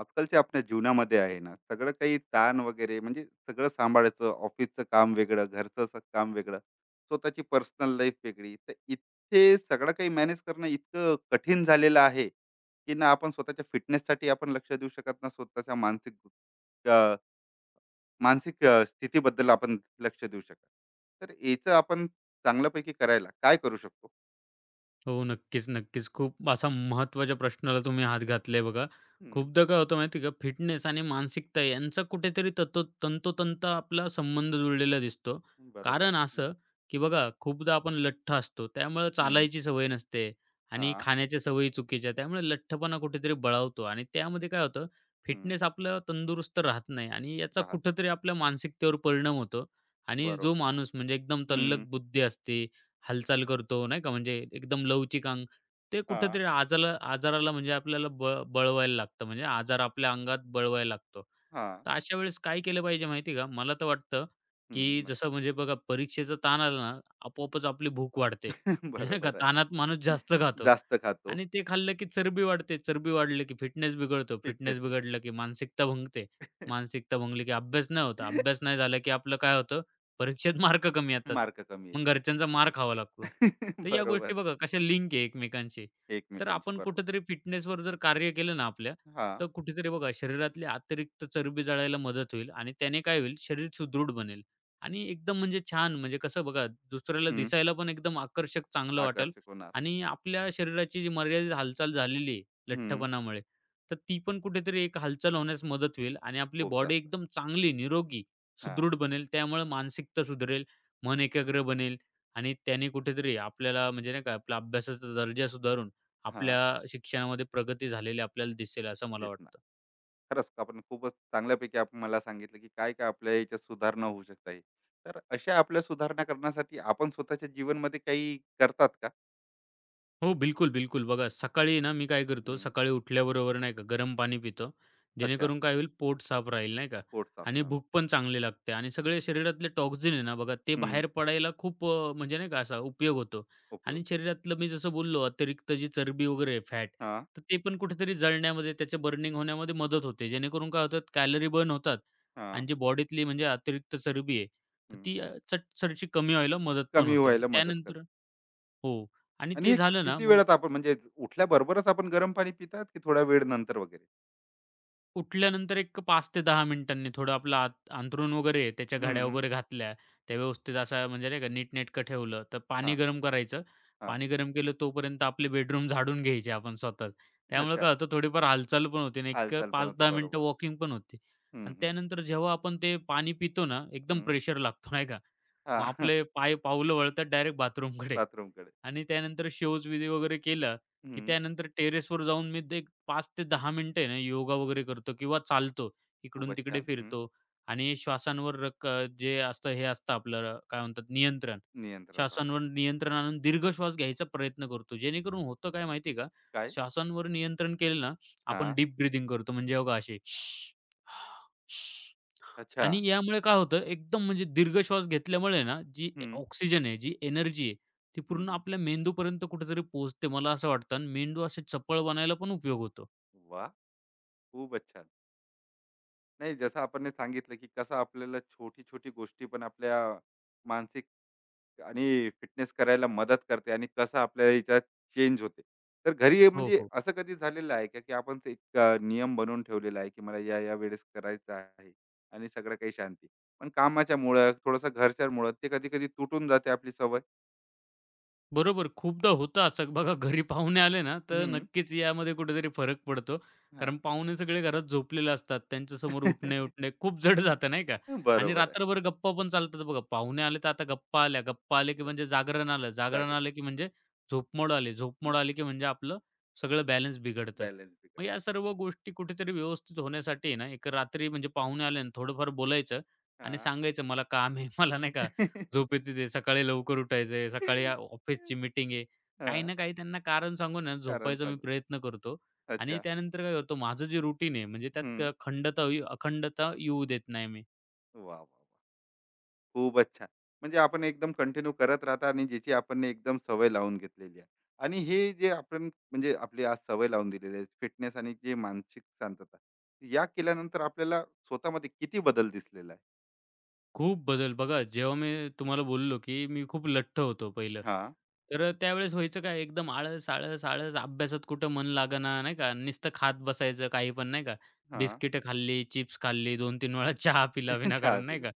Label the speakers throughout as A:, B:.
A: आजकालच्या आपल्या जीवनामध्ये आहे ना सगळं काही ताण वगैरे म्हणजे सगळं सांभाळायचं, ऑफिसचं काम वेगळं, घरचं काम वेगळं, स्वतःची पर्सनल लाईफ वेगळी. तर इथे सगळं काही मॅनेज करणं इतकं कठीण झालेलं आहे की ना, आपण स्वतःच्या फिटनेससाठी आपण लक्ष देऊ शकत ना, स्वतःच्या मानसिक अ, मानसिक स्थितीबद्दल आपण लक्ष देऊ शकत. तर याचं आपण चांगल्यापैकी करायला काय करू शकतो?
B: हो, नक्कीच, नक्कीच. खूप असा महत्त्वाच्या प्रश्नाला तुम्ही हात घातलाय बघा.
A: हम्म.
B: खूपदा काय होतं माहिती आहे का, फिटनेस आणि मानसिकता यांचा कुठेतरी तंतोतंत आपला संबंध जुळलेला दिसतो.
A: बरोबर.
B: कारण
A: हम्म.
B: असं, की बघा खूपदा आपण लठ्ठ असतो. त्यामुळे
A: हम्म.
B: चालायची सवय नसते आणि
A: हा.
B: खाण्याच्या सवयी चुकीच्या. त्यामुळे लठ्ठपणा कुठेतरी बळावतो आणि त्यामध्ये काय होतं,
A: हम्म.
B: फिटनेस आपलं तंदुरुस्त राहत नाही आणि याचा
A: राहत नाही.
B: कुठेतरी आपल्या मानसिकतेवर परिणाम होतो आणि जो
A: बरोबर.
B: माणूस म्हणजे एकदम तल्लख
A: हम्म.
B: बुद्धी असते हालचाल करतो, नाही का, म्हणजे एकदम लवचिक अंग. ते
A: हा.
B: कुठेतरी आजाराला म्हणजे आपल्याला बळवायला लागतं, म्हणजे आजार आपल्या अंगात बळवायला लागतो.
A: हां.
B: तर अशा वेळेस काय केलं पाहिजे माहिती आहे का? मला तर वाटतं, की
A: हं.
B: जसं म्हणजे बघा परीक्षेचा ताण आला ना, आपोआपच आपली भूक वाढते.
A: नक्की.
B: म्हणजे नाही का
A: बरोबर आहे.
B: ताणात माणूस जास्त खातो
A: जास्त खातो.
B: आणि ते खाल्लं की चरबी वाढते, चरबी वाढली की फिटनेस बिघडतो, फिटनेस
A: फिटनेस बिघडते.
B: बिघडलं की मानसिकता भंगते, मानसिकता भंगली की अभ्यास नाही होत, अभ्यास नाही झाला की आपलं काय होतं परीक्षेत मार्क कमी येतात.
A: मार्क कमी
B: मग
A: येतात.
B: घरच्यांचा मार खावा लागतो. तर या
A: बरोबर.
B: गोष्टी बघा कशा लिंक आहे एकमेकांशी. तर
A: एकमेकांशी
B: आपण
A: बरोबर.
B: कुठेतरी फिटनेसवर जर कार्य केलं ना आपल्या,
A: हां.
B: तर कुठेतरी बघा शरीरातली अतिरिक्त चरबी जाळायला मदत होईल आणि त्याने काय होईल शरीर सुदृढ बनेल आणि एकदम म्हणजे छान म्हणजे कसं बघा दुसऱ्याला
A: हं.
B: दिसायला पण एकदम आकर्षक चांगलं वाटेल
A: आकर्षक होणार.
B: आणि आपल्या शरीराची जी मर्यादित हालचाल झालेली आहे
A: हं.
B: लठ्ठपणामुळे, तर ती पण कुठेतरी एक हालचाल होण्यास मदत होईल आणि आपली
A: खूप
B: बॉडी
A: जास्त.
B: एकदम चांगली, निरोगी
A: हां,
B: सुदृढ बनेल. त्यामुळे मानसिकता सुधरेल, मन एकाग्र बनेल आणि त्याने कुठेतरी आपल्याला म्हणजे नाही का आपला अभ्यासाचा दर्जा सुधारून
A: हां.
B: आपल्या शिक्षणामध्ये प्रगती झालेली आपल्याला दिसेल असं मला
A: दिसणार.
B: वाटतं.
A: खरंच आपण खूपच चांगल्यापैकी आपण मला सांगितलं, की काय-काय आपल्या याच्यात सुधारणा होऊ शकते आहे. तर अशा आपल्या सुधारणा करण्यासाठी आपण स्वतःच्या जीवनमध्ये काही करतात का?
B: हो, बिलकुल, बिलकुल. बघा सकाळी ना मी काय करतो,
A: हं.
B: सकाळी उठल्याबरोबर नाही का गरम पाणी पितो.
A: अच्छा.
B: जेणेकरून काय होईल पोट साफ राहील नाही का
A: पोट साफ
B: आणि
A: राहणं.
B: भूक पण चांगली लागते आणि सगळे शरीरातले टॉक्सिन आहे ना बघा ते
A: हं.
B: बाहेर पडायला खूप म्हणजे नाही का असा उपयोग होतो
A: उपयोग.
B: आणि शरीरातलं मी जसं बोललो अतिरिक्त जी चरबी वगैरे फॅट,
A: हां,
B: तर ते पण कुठेतरी जळण्यामध्ये त्याचे बर्निंग होण्यामध्ये मदत होते. जेणेकरून काय होतात कॅलरी बर्न होतात
A: हां.
B: आणि जी बॉडीतली म्हणजे अतिरिक्त चरबी आहे, तर
A: हं.
B: ती चटसरशी कमी व्हायला मदत पण
A: कमी
B: होते आणि
A: व्हायला मदत करते.
B: त्यानंतर हो आणि
A: आणि
B: ते
A: हे
B: झालं ना
A: किती
B: मग
A: वेळात आपण म्हणजे उठल्याबरोबरच आपण गरम पाणी पितात की थोडा वेळ नंतर वगैरे?
B: उठल्यानंतर एक 5 ते 10 मिनिटांनी थोडं आपलं आत अंथरूण वगैरे आहे, त्याच्या
A: हं,
B: घड्या
A: हं.
B: वगैरे घातल्या, त्या व्यवस्थित असा म्हणजे नाही का नीटनेटकं ठेवलं, तर पाणी
A: हां,
B: गरम करायचं.
A: हां.
B: पाणी गरम केलं तोपर्यंत आपले बेडरूम झाडून घ्यायचे आपण स्वतःच. त्यामुळे
A: अच्छा.
B: काय होतं थोडीफार हालचाल पण होते आणि एक
A: हालचाल
B: 5
A: बनवते,
B: मिनिटं
A: बरोबर.
B: वॉकिंग पण होते.
A: हं,
B: आणि
A: हं.
B: त्यानंतर जेव्हा आपण ते पाणी पितो ना, एकदम
A: हं.
B: प्रेशर लागतो नाही का, मग
A: हां.
B: आपले पाय पाऊलं वळतात डायरेक्ट बाथरूमकडे.
A: बाथरूमकडे.
B: आणि त्यानंतर शौचविधी वगैरे केला, की
A: हं.
B: त्यानंतर टेरेसवर जाऊन मी ते एक 5 ते 10 मिनिटं आहे ना योगा वगैरे करतो किंवा चालतो.
A: खूपच
B: इकडून-तिकडे
A: छान. हं.
B: फिरतो आणि श्वासांवर जे असतं हे असतं आपलं काय म्हणतात नियंत्रण.
A: नियंत्रण राहतं.
B: श्वासांवर नियंत्रण आणून दीर्घ श्वास घ्यायचा प्रयत्न करतो. जेणेकरून होतं काय माहिती का?
A: काय?
B: श्वासांवर नियंत्रण केलं ना, आपण
A: हां.
B: डीप ब्रीथिंग करतो म्हणजे बघा अशी
A: अच्छा.
B: आणि यामुळे काय होतं एकदम म्हणजे दीर्घ श्वास घेतल्यामुळे ना, जी
A: हं.
B: ऑक्सिजन आहे, जी एनर्जी आहे, ती
A: हं,
B: पूर्ण
A: हं.
B: आपल्या मेंदूपर्यंत कुठेतरी पोहोचते मला असं वाटतं आणि मेंदू असे चपळ बनायला पण उपयोग होतो.
A: वाह! खूपच छान. नाही, जसं आपण हे सांगितलं की कसं आपल्याला छोटी-छोटी गोष्टी पण आपल्या मानसिक आणि फिटनेस करायला मदत करते आणि कसं आपल्या याच्यात चेंज होते. तर घरी हे
B: हो,
A: म्हणजे
B: हो.
A: असं कधी झालेलं आहे का, की आपण ते एक नियम बनवून ठेवलेला आहे, की मला या-या वेळेस करायचं आहे आणि सगळं काही शांती. पण कामाच्यामुळं, थोडंसं घरच्यांमुळं ते कधी-कधी तुटून जाते आपली सवय.
B: बरोबर. खूपदा होतं असं. बघा घरी पाहुणे आले ना, तर
A: हं,
B: नक्कीच यामध्ये कुठेतरी फरक पडतो.
A: हां.
B: कारण पाहुणे सगळे घरात झोपलेले असतात. त्यांच्यासमोर उठणे-उठणे खूप जड जातं नाही का? आणि
A: बरोबर आहे.
B: रात्रभर गप्पा पण चालतात बघा. पाहुणे आले तर आता गप्पा आल्या, गप्पा आले की
A: ज
B: म्हणजे जागरण आलं, जागरण
A: जागरण.
B: आलं की म्हणजे झोपमोड आली, झोपमोड आली की म्हणजे आपलं सगळं बॅलन्स बिघडतं.
A: बॅलन्स
B: मग
A: बिघडतो.
B: या सर्व गोष्टी कुठेतरी व्यवस्थित होण्यासाठी ना, एक रात्री म्हणजे पाहुणे आले आणि थोडंफार बोलायचं आणि
A: हां.
B: सांगायचं, "मला काम आहे." मला नाही का झोप येते ते, सकाळी लवकर उठायचंय,
A: हां.
B: सकाळी ऑफिसची मीटिंग आहे. काही ना काही त्यांना कारण सांगून आहे ना,
A: कारण
B: झोपायचा मी
A: सांगू.
B: प्रयत्न करतो आणि
A: अच्छा.
B: त्यानंतर काय करतो, माझं जे रुटीन आहे म्हणजे त्यात
A: हं.
B: क खंडता होई अखंडता येऊ देत नाही मी.
A: वाह, वाह, वाह! खूपच छान. म्हणजे आपण एकदम कंटिन्यू करत राहता आणि ज्याची आपण एकदम सवय लावून घेतलेली आहे. आणि हे जे आपण म्हणजे आपली आज सवय लावून दिलेली आहे फिटनेस आणि जे मानसिक शांतता. या केल्यानंतर आपल्याला स्वतःमध्ये किती बदल दिसलेला आहे?
B: खूप बदल बघा, जेव्हा मी तुम्हाला बोललो, की मी खूप लठ्ठ होतो पहिलं.
A: हां,
B: तर त्यावेळेस व्हायचं काय, एकदम आळस, आळस, आळस. अभ्यासात कुठं मन लागेना, नाही का. नुसतं खात बसायचं काही पण, नाही का.
A: हां.
B: बिस्किटं खाल्ली, चिप्स खाल्ली, 2-3 वेळा चहा पिला
A: चहा
B: विनाकारण, नाही
A: पिला.
B: का.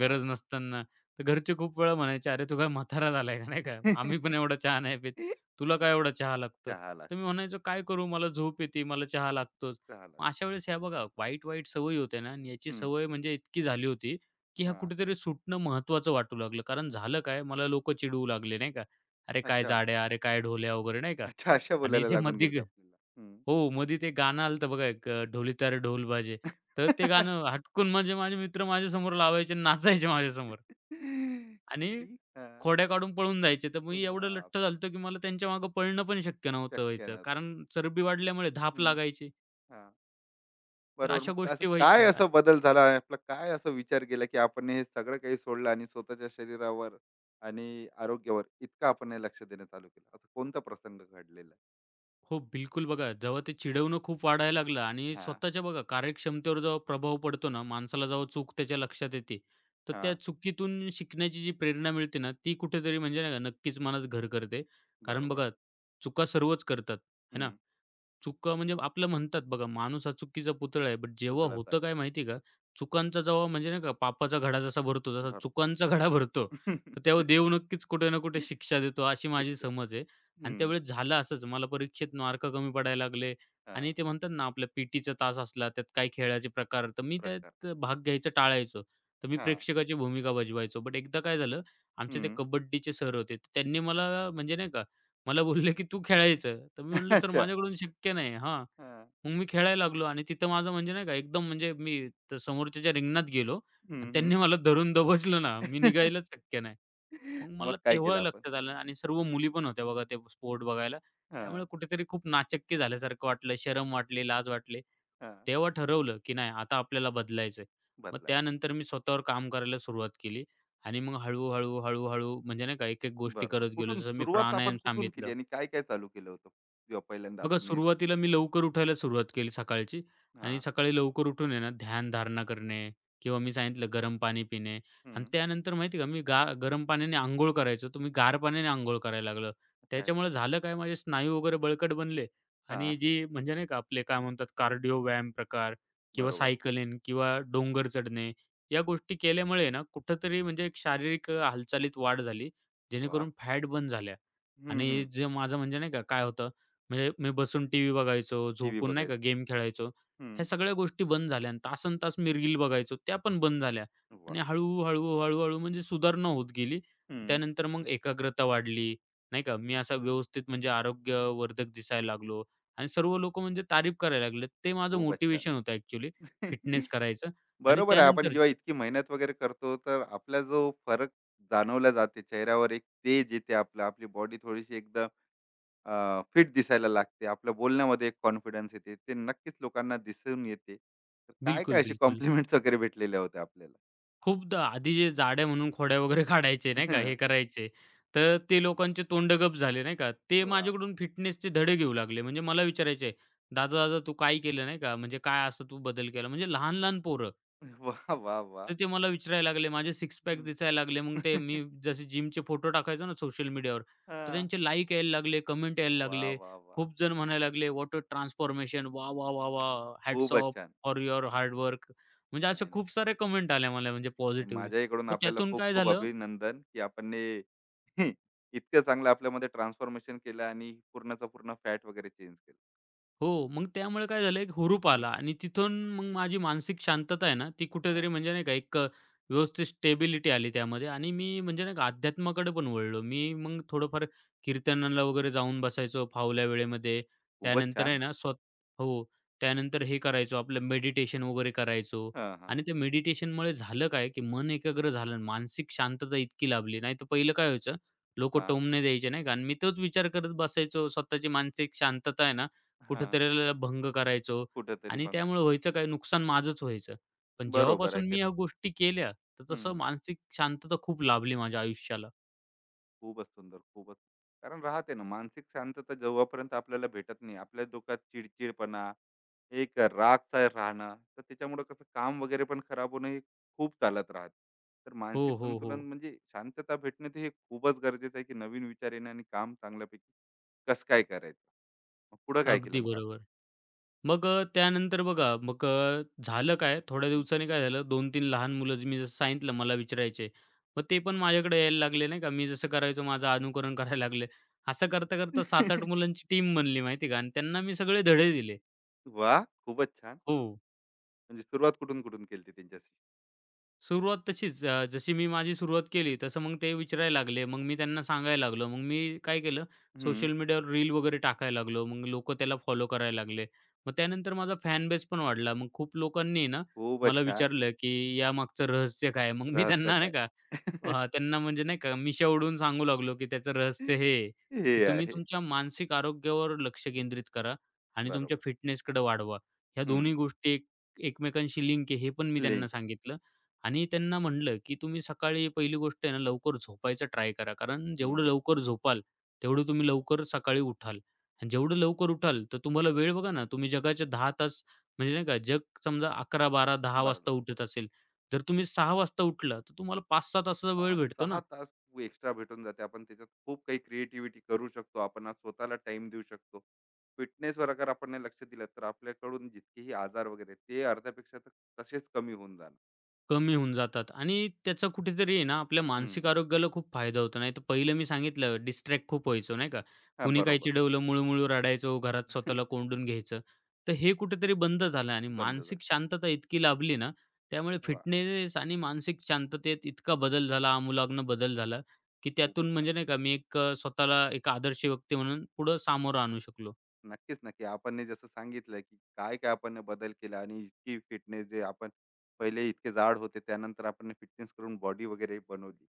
A: हां.
B: गरज नसताना. तर घरचे खूप वेळा म्हणायचे, "अरे, तू काय म्हातारा झालाय का?" नाही का. "आम्ही पण एवढा चहा नाही पीत. तुला काय एवढा चहा लागतो?"
A: चहा
B: तर मी
A: लागतो.
B: म्हणायचो, "काय करू? मला झोप येते. मला चहा लागतोच."
A: चहा
B: मग
A: लागतो.
B: अशा वेळेस ह्या बघा वाईट-वाईट सवयी होत्या ना आणि याची
A: हं,
B: सवय म्हणजे इतकी झाली होती, की ह्या
A: हां.
B: कुठेतरी सुटणं महत्त्वाचं वाटू लागलं. कारण
A: मग
B: झालं काय, मला लोकं चिडवू लागले, नाही का. "अरे, काय
A: अच्छा.
B: जाड्या, अरे, काय ढोल्या" वगैरे, नाही का.
A: अच्छा, अशा
B: आणि
A: बोलायला
B: ते
A: लागून
B: मध्ये
A: गेले आपल्याला. हं.
B: हो, मध्ये ते गाणं आलं होतं बघा एक ढोलीतारे ढोल बाजे. तर ते गाणं हटकून म्हणजे माझे मित्र माझ्यासमोर लावायचे आणि नाचायचे माझ्यासमोर आणि
A: की हां.
B: खोड्या काढून पळून जायचे. तर मी एवढं लठ्ठ झालो
A: बापरे!
B: होतो, की मला त्यांच्या मागे पळणं पण शक्य नव्हतं
A: शक्य
B: व्हायचं.
A: नव्हतं.
B: कारण चरबी वाढल्यामुळे धाप
A: हं,
B: लागायची.
A: हां.
B: तर
A: बरोबर.
B: अशा
A: मग असं
B: गोष्टी
A: काय
B: व्हायच्या.
A: असा बदल झाला? आपला काय असा विचार केला, की आपण हे सगळं काही सोडलं आणि स्वतःच्या शरीरावर आणि आरोग्यावर इतकं आपण हे लक्ष देणं चालू केलं? असा कोणता प्रसंग घडलेला?
B: हो, बिलकुल बघा, जेव्हा ते चिडवणं खूप वाढायला लागलं आणि
A: हां.
B: स्वतःच्या बघा कार्यक्षमतेवर जेव्हा प्रभाव पडतो ना, माणसाला जेव्हा
A: हं.
B: चूक त्याच्या लक्षात येते, तर त्या
A: हां.
B: चुकीतून शिकण्याची जी प्रेरणा मिळते ना, ती कुठेतरी म्हणजे नाही का नक्कीच मनात घर करते. कारण
A: बरोबर.
B: बघा, चुका सर्वच करतात, है
A: हं.
B: ना? चुका म्हणजे आपलं म्हणतात बघा, माणूस हा चुकीचा पुतळा आहे. बट जेव्हा
A: पुतळाचा आहे.
B: होतं काय माहिती आहे का? चुकांचा जेव्हा म्हणजे नाही का पापाचा घडा जसा भरतो, जसा
A: भरतो.
B: चुकांचा घडा भरतो, तर तेव्हा देव नक्कीच कुठे ना कुठे शिक्षा देतो, अशी माझी
A: शिक्षक.
B: समज आहे. आणि
A: हं.
B: त्यावेळेस झालं असंच. मला परीक्षेत मार्क कमी पडायला लागले
A: हां.
B: आणि ते म्हणतात ना, आपल्या पी तास असला, त्यात काही खेळाचे प्रकार, तर मी
A: प्रकार.
B: त्यात भाग घ्यायचा टाळायचो. तर मी
A: हां.
B: प्रेक्षकाची भूमिका बजवायचो. बट एकदा काय झालं, आमचे ते
A: हं.
B: कबड्डीचे सर होते. तर त्यांनी मला म्हणजे नाही का मला बोलले, की "तू खेळायचं." तर मी म्हटलं, "सर
A: अच्छा.
B: माझ्याकडून शक्य नाही." हां.
A: हां.
B: मग मी खेळायला लागलो आणि तिथं माझं म्हणजे नाही का एकदम म्हणजे मी त्या समोरच्याच्या रिंगणात गेलो आणि
A: हं, हं.
B: त्यांनी मला धरून दबोचलं ना, मी निघायलाच शक्य नाही. मग
A: मग
B: मला
A: काय केलं
B: तेव्हा
A: आपण?
B: लक्षात आलं आणि सर्व मुली पण होत्या बघा ते स्पोर्ट बघायला. त्यामुळे
A: हां.
B: कुठेतरी खूप नाचक्की झाल्यासारखं वाटलं, शरम वाटली, लाज वाटली.
A: हां.
B: तेव्हा ठरवलं, की नाही आता आपल्याला बदलायचंय. मग
A: बदलायचं.
B: त्यानंतर मी स्वतःवर काम करायला सुरुवात केली आणि मग हळूहळू म्हणजे नाही का एक-एक गोष्टी
A: बरोबर.
B: करत गेलो.
A: कुठून
B: जसं मी
A: सुरुवात आपण
B: प्राणायाम
A: कुठून केली
B: सांगितलं.
A: आणि काय-काय चालू केलं होतं? जेव्हा पहिल्यांदा
B: बघा
A: आपण हे
B: सुरुवातीला मी लवकर उठायला सुरुवात केली सकाळची आणि
A: हां.
B: सकाळी लवकर उठून आहे ना ध्यानधारणा करणे किंवा मी सांगितलं गरम पाणी पिणे आणि
A: हं.
B: त्यानंतर माहिती आहे का मी गरम पाण्याने अंघोळ करायचो तर मी गार पाण्याने अंघोळ करायला लागलो.
A: अच्छा.
B: त्याच्यामुळे झालं काय माझे स्नायू वगैरे बळकट बनले आणि
A: हां.
B: जी म्हणजे नाही का आपले काय म्हणतात कार्डिओ व्यायाम प्रकार किंवा
A: बरोबर.
B: सायकलिंग किंवा डोंगर चढणे या गोष्टी केल्यामुळे ना कुठेतरी म्हणजे एक शारीरिक हालचालीत वाढ झाली.
A: वाह!
B: जेणेकरून फॅट बर्न झाल्या
A: हं,
B: आणि
A: हं.
B: जे माझं म्हणजे नाही का काय होतं म्हणजे मी बसून टीव्ही बघायचो,
A: टीव्ही
B: झोपून नाही का
A: बघायचं.
B: गेम खेळायचो.
A: हं.
B: ह्या सगळ्या गोष्टी बंद झाल्या आणि तासंतास मी रील बघायचो, त्या पण बंद झाल्या आणि
A: वाह!
B: हळू म्हणजे सुधारणा होत गेली.
A: हं.
B: त्यानंतर मग एकाग्रता वाढली, नाही का. मी असा व्यवस्थित म्हणजे आरोग्यवर्धक दिसायला लागलो आणि सर्व लोकं म्हणजे तारीफ करायला लागले. ते माझं
A: खूपच छान.
B: मोटिव्हेशन होतं ॲक्चुअली फिटनेस करायचं आणि
A: बरोबर आहे. आपण
B: त्यानंतर
A: जेव्हा इतकी मेहनत वगैरे करतो, तर आपला जो फरक जाणवला जाते चेहऱ्यावर एक तेज येते आपलं, आपली बॉडी थोडीशी एकदम फिट दिसायला लागते. आपल्या बोलण्यामध्ये एक कॉन्फिडन्स येते. ते नक्कीच लोकांना दिसून येते. तर काय-काय
B: बिलकुल,
A: असे
B: बिलकुल.
A: कॉम्प्लिमेंट्स वगैरे भेटलेल्या होत्या आपल्याला?
B: खूपदा आधी जे जाड्या म्हणून खोड्या वगैरे काढायचे नाही का, हे
A: हं.
B: करायचे. तर ते लोकांचे तोंड गप झाले नाही का. ते
A: वा.
B: माझ्याकडून फिटनेसचे धडे घेऊ लागले. म्हणजे मला विचारायचे, "दादा, दादा तू काय केलं?" नाही का. म्हणजे "काय असं तू बदल केला?" म्हणजे लहान-लहान पोरं.
A: वा वा. वा.
B: तर ते मला विचारायला लागले. माझे सिक्स पॅक
A: हं.
B: दिसायला लागले. मग ते मी जसे जिमचे फोटो टाकायचो ना सोशल मीडियावर, तर
A: हां.
B: त्यांचे लाईक यायला लागले, कमेंट यायला
A: वाह,
B: लागले.
A: वाह, वाह!
B: खूप जण म्हणायला लागले, "व्हॉट अ ट्रान्सफॉर्मेशन. वाह! वाह! वाह! वाह! हॅट्स
A: खूपच
B: ऑफ
A: छान.
B: फॉर युअर हार्ड म्हणजे असे
A: नाही, नाही.
B: खूप सारे कमेंट आल्या मला म्हणजे
A: नाही
B: पॉझिटिव्हली.
A: माझ्याकडून
B: मग
A: आपल्याला
B: त्यातून काय
A: खूप-खूप
B: झालं
A: अभिनंदन, की आपण हे इतकं चांगलं आपल्यामध्ये ट्रान्सफॉर्मेशन केलं आणि पूर्णचा पूर्ण फॅट वगैरे चेंज केलं.
B: हो, मग त्यामुळे काय झालं एक हुरूप
A: हं.
B: आला आणि तिथून मग माझी मानसिक शांतता आहे ना, ती कुठेतरी
A: हां.
B: म्हणजे नाही का एक व्यवस्थित स्टेबिलिटी आली त्यामध्ये आणि मी म्हणजे नाही का अध्यात्माकडे पण वळलो. मी मग थोडंफार कीर्तनाला वगैरे जाऊन बसायचो फावल्या वेळेमध्ये.
A: खूपच
B: त्यानंतर आहे
A: छान.
B: ना हो, त्यानंतर हे करायचो आपलं मेडिटेशन वगैरे करायचो
A: हां,
B: आणि
A: हां.
B: त्या मेडिटेशनमुळे झालं काय, की मन एकाग्र झालं आणि मानसिक शांतता इतकी लाभली. नाहीतर पहिलं काय व्हायचं, लोकं
A: हां,
B: टोमणे द्यायचे नाही का आणि मी तोच विचार करत बसायचो. स्वतःची मानसिक शांतता आहे ना,
A: हां.
B: कुठेतरी त्याला भंग करायचो
A: कुठेतरी
B: आणि
A: भंग.
B: त्यामुळे व्हायचं काय नुकसान माझंच व्हायचं. पण
A: बरोबर आहे
B: जेव्हापासून
A: की
B: मी ह्या गोष्टी केल्या, तर
A: हं.
B: तसं मानसिक शांतता खूप लाभली माझ्या आयुष्याला.
A: खूपच सुंदर, खूपच. कारण राहते ना मानसिक शांतता जेव्हापर्यंत आपल्याला भेटत नाही, आपल्या डोक्यात चिडचिडपणा, एक रागचं राहणं, तर त्याच्यामुळं कसं काम वगैरे पण खराब होणं हे खूप चालत राहतं. तर मानसिक
B: हो, हो, हो.
A: संतुलन म्हणजे शांतता भेटणं ते हे खूपच गरजेचं आहे, की नवीन विचार येणं आणि काम चांगल्यापैकी कसं काय करायचं. मग पुढं काय केलं
B: अगदी
A: मग आपण?
B: बरोबर. मग त्यानंतर बघा मग झालं काय थोड्या
A: हं.
B: दिवसांनी काय झालं 2-3 लहान मुलं जे मी जसं सांगितलं मला विचारायचे. मग ते पण माझ्याकडे यायला लागले नाही का. मी जसं करायचो माझं अनुकरण करायला लागले. असं करता-करता 7-8
A: वाह!
B: मुलांची टीम बनली माहिती का आणि त्यांना मी सगळे धडे दिले.
A: खूपच छान.
B: हो.
A: म्हणजे सुरुवात कुठून-कुठून केली त्यांच्याशी?
B: सुरुवात तशीच जशी मी माझी सुरुवात केली तसं मग ते विचारायला लागले. मग मी त्यांना सांगायला लागलो. मग मी काय केलं
A: हं.
B: सोशल मीडियावर रील वगैरे टाकायला लागलो. मग लोकं त्याला फॉलो करायला लागले. मग त्यानंतर माझा फॅन बेस पण वाढला. मग खूप लोकांनी ना
A: खूपच
B: मला
A: छान.
B: विचारलं, की यामागचं रहस्य काय आहे? मग मी
A: रहस्य
B: त्यांना नाही
A: काय?
B: का त्यांना म्हणजे नाही का मिशा उडवून सांगू लागलो, की त्याचं रहस्य हे आहे, की
A: हे
B: तुम्ही
A: आहे.
B: तुमच्या मानसिक आरोग्यावर लक्ष केंद्रित करा आणि तुमच्या
A: बरोबर.
B: फिटनेसकडे वाढवा. ह्या
A: हं,
B: दोन्ही गोष्टी एक एकमेकांशी लिंक आहे हे पण मी त्यांना
A: लिंक आहे.
B: सांगितलं. आणि त्यांना म्हटलं, की तुम्ही सकाळी पहिली गोष्ट आहे ना, लवकर झोपायचं ट्राय करा. कारण
A: हं,
B: जेवढं लवकर झोपाल, तेवढं तुम्ही लवकर सकाळी उठाल आणि जेवढं लवकर उठाल, तर तुम्हाला वेळ बघा ना, तुम्ही जगाचे 10 तास म्हणजे नाही का, जग समजा 11, 12, 10
A: बरं.
B: वाजता उठत असेल, जर तुम्ही 6 वाजता उठला, तर तुम्हाला 5-6 तासाचा वेळ भेटतो
A: 5-6
B: ना.
A: तास तू एक्स्ट्रा भेटून जाते. आपण त्याच्यात खूप काही क्रिएटिव्हिटी करू शकतो. आपण आज स्वतःला टाईम देऊ शकतो. फिटनेसवर अगर आपण नाही लक्ष दिलं, तर आपल्याकडून जितकेही आजार वगैरे आहेत, ते अर्ध्यापेक्षा तर तसेच कमी होऊन जाणार.
B: कमी होऊन जातात आणि त्याचा कुठेतरी आहे ना आपल्या
A: हं.
B: मानसिक आरोग्याला खूप फायदा होतो. नाहीतर पहिलं मी सांगितलं डिस्ट्रॅक्ट खूप व्हायचो नाही का?
A: हां,
B: कुणी काही
A: बरोबर.
B: चिडवलं मुळू-मुळू रडायचो, घरात स्वतःला कोंडून घ्यायचं. तर हे कुठेतरी बंद झालं आणि
A: बंद झालं.
B: मानसिक शांतता इतकी लाभली ना, त्यामुळे
A: वाह!
B: फिटनेस आणि मानसिक शांततेत इतका बदल झाला, आमूलाग्न बदल झाला, की त्यातून
A: खूपच छान.
B: म्हणजे नाही का मी एक स्वतःला एक आदर्श व्यक्ती म्हणून पुढं सामोरं आणू शकलो.
A: नक्कीच, नक्की. आपण जसं सांगितलं, की काय-काय आपण बदल केला आणि इतकी फिटनेस जे आपण पहिले इतके जाड होते, त्यानंतर आपण फिटनेस करून बॉडी वगैरे बनवली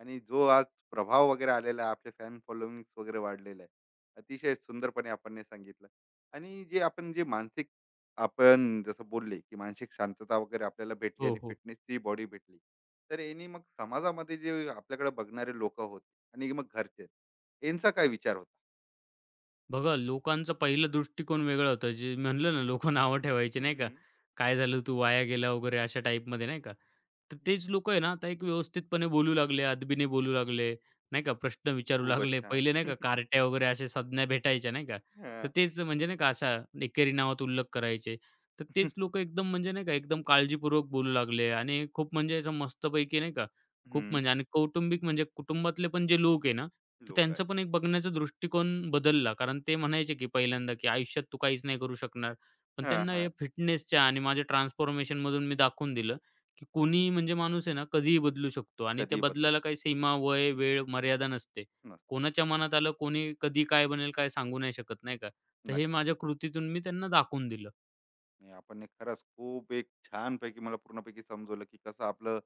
A: आणि जो आज प्रभाव वगैरे आलेला आहे, आपले फॅन फॉलोइंग्स वगैरे वाढलेलं आहे. अतिशय सुंदरपणे आपण हे सांगितलं आणि जे आपण जे मानसिक आपण जसं बोलले, की मानसिक शांतता वगैरे आपल्याला भेटली
B: हो,
A: आणि
B: हो.
A: फिटनेसची बॉडी भेटली. तर यानी मग समाजामध्ये जे आपल्याकडे बघणारे लोकं होते आणि मग घरचे, यांचा काय विचार होता?
B: बघा, लोकांचा पहिलं दृष्टिकोन वेगळा होता. जे म्हणलं ना, लोकं नावं ठेवायचे नाही का?
A: हं,
B: "काय झालं? तू वाया गेला" वगैरे अशा टाईपमध्ये नाही का? तर तेच लोकं आहे ना, आता एक व्यवस्थितपणे बोलू लागले, अदबीने बोलू लागले, नाही का? प्रश्न विचारू
A: खूपच
B: लागले.
A: छान.
B: पहिले नाही का कार्ट्या वगैरे अशा संज्ञा भेटायच्या नाही का? तर
A: हां.
B: तेच म्हणजे नाही का अशा एकेरी नावात उल्लेख करायचे. तर तेच लोकं एकदम म्हणजे नाही का एकदम काळजीपूर्वक बोलू लागले आणि खूप म्हणजे असं मस्तपैकी नाही का, खूप
A: हं.
B: म्हणजे आणि कौटुंबिक म्हणजे कुटुंबातले पण जे लोक आहे ना, तर
A: लोक आहे.
B: त्यांचं पण एक बघण्याचा दृष्टिकोन बदलला. कारण ते म्हणायचे की पहिल्यांदा की आयुष्यात तू काहीच नाही करू शकणार. पण
A: हां,
B: त्यांना या
A: हां.
B: फिटनेसच्या आणि माझ्या ट्रान्सफॉर्मेशनमधून मी दाखवून दिलं, की कोणीही म्हणजे माणूस आहे ना कधीही बदलू शकतो आणि त्या
A: कधीही बदलू
B: बदलाला
A: शकतो.
B: काही सीमा, वय, वेळ, मर्यादा नसते.
A: न
B: कोणाच्या मनात आलं, कोणी कधी काय बनेल, काय सांगू नाही शकत, नाही का? तर हे
A: नक्की.
B: माझ्या कृतीतून मी त्यांना दाखवून दिलं.
A: नाही आपण एक खरंच खूप एक छानपैकी मला पूर्णपैकी समजवलं की कसं आपलं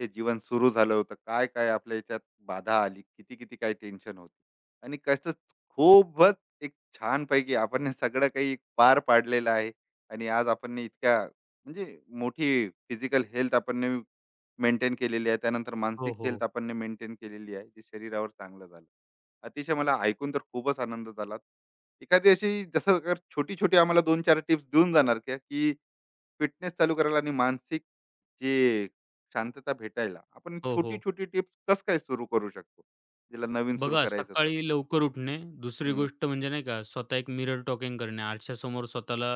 A: हे जीवन सुरू झालं होतं, काय काय आपल्या याच्यात बाधा आली, किती किती काय टेन्शन होती आणि कसं खूपच एक छान छानपैकी आपण हे सगळं काही एक पार पाडलेलं आहे आणि आज आपण हे इतक्या म्हणजे मोठी फिजिकल हेल्थ आपण मेंटेन केलेली आहे, त्यानंतर
B: हो,
A: मानसिक हेल्थ
B: हो.
A: आपण मेंटेन केलेली आहे, जे शरीरावर चांगलं झालं. अतिशय मला ऐकून तर खूपच आनंद झाला. एखादी अशी जसं कर छोटी छोटी आम्हाला 2-4 टिप्स देऊन जाणार का, की फिटनेस चालू करायला आणि मानसिक जे शांतता भेटायला आपण
B: हो, हो.
A: छोटी-छोटी टिप्स कसं काय सुरू करू शकतो? तिला नवीन सुरू
B: बघा,
A: करायचं तर?
B: सकाळी लवकर उठणे. दुसरी
A: हं,
B: गोष्ट म्हणजे नाही का, स्वतः एक मिरर टॉकिंग करणे. आरशासमोर स्वतःला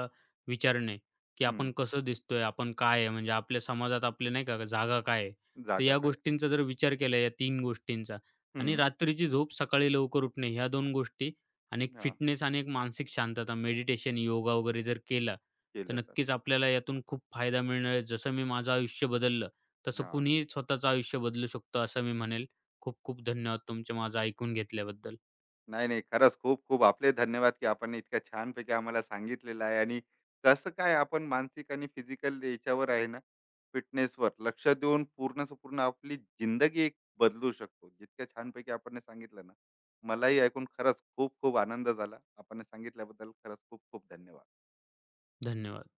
B: विचारणे, की
A: हं.
B: आपण कसं दिसतोय? आपण काय आहे? म्हणजे आपल्या समाजात आपले नाही का जागा काय आहे? तर
A: जागा
B: या
A: काय?
B: गोष्टींचा जर विचार केला या 3 गोष्टींचा आणि
A: हं.
B: रात्रीची झोप, सकाळी लवकर उठणे ह्या 2 गोष्टी आणि एक
A: हां.
B: फिटनेस आणि एक मानसिक शांतता, मेडिटेशन, योगा वगैरे जर केला, तर
A: केलं तर.
B: नक्कीच आपल्याला यातून खूप फायदा मिळणार आहे. जसं मी माझं आयुष्य बदललं, तसं
A: हां.
B: कुणीही स्वतःचं आयुष्य बदलू शकतो असं मी म्हणेल. खूप खूप धन्यवाद तुमचे माझं ऐकून घेतल्याबद्दल.
A: नाही, नाही. खरंच खूप-खूप आपले धन्यवाद, की आपण इतक्या छानपैकी आम्हाला सांगितलेलं आहे आणि कसं काय आपण मानसिक आणि फिजिकल याच्यावर आहे ना, फिटनेसवर लक्ष देऊन पूर्णच पूर्ण आपली जिंदगी एक बदलू शकतो. जितक्या छानपैकी आपण हे सांगितलं ना, मलाही ऐकून खरंच खूप-खूप आनंद झाला. आपण हे सांगितल्याबद्दल खरंच खूप-खूप धन्यवाद.
B: धन्यवाद.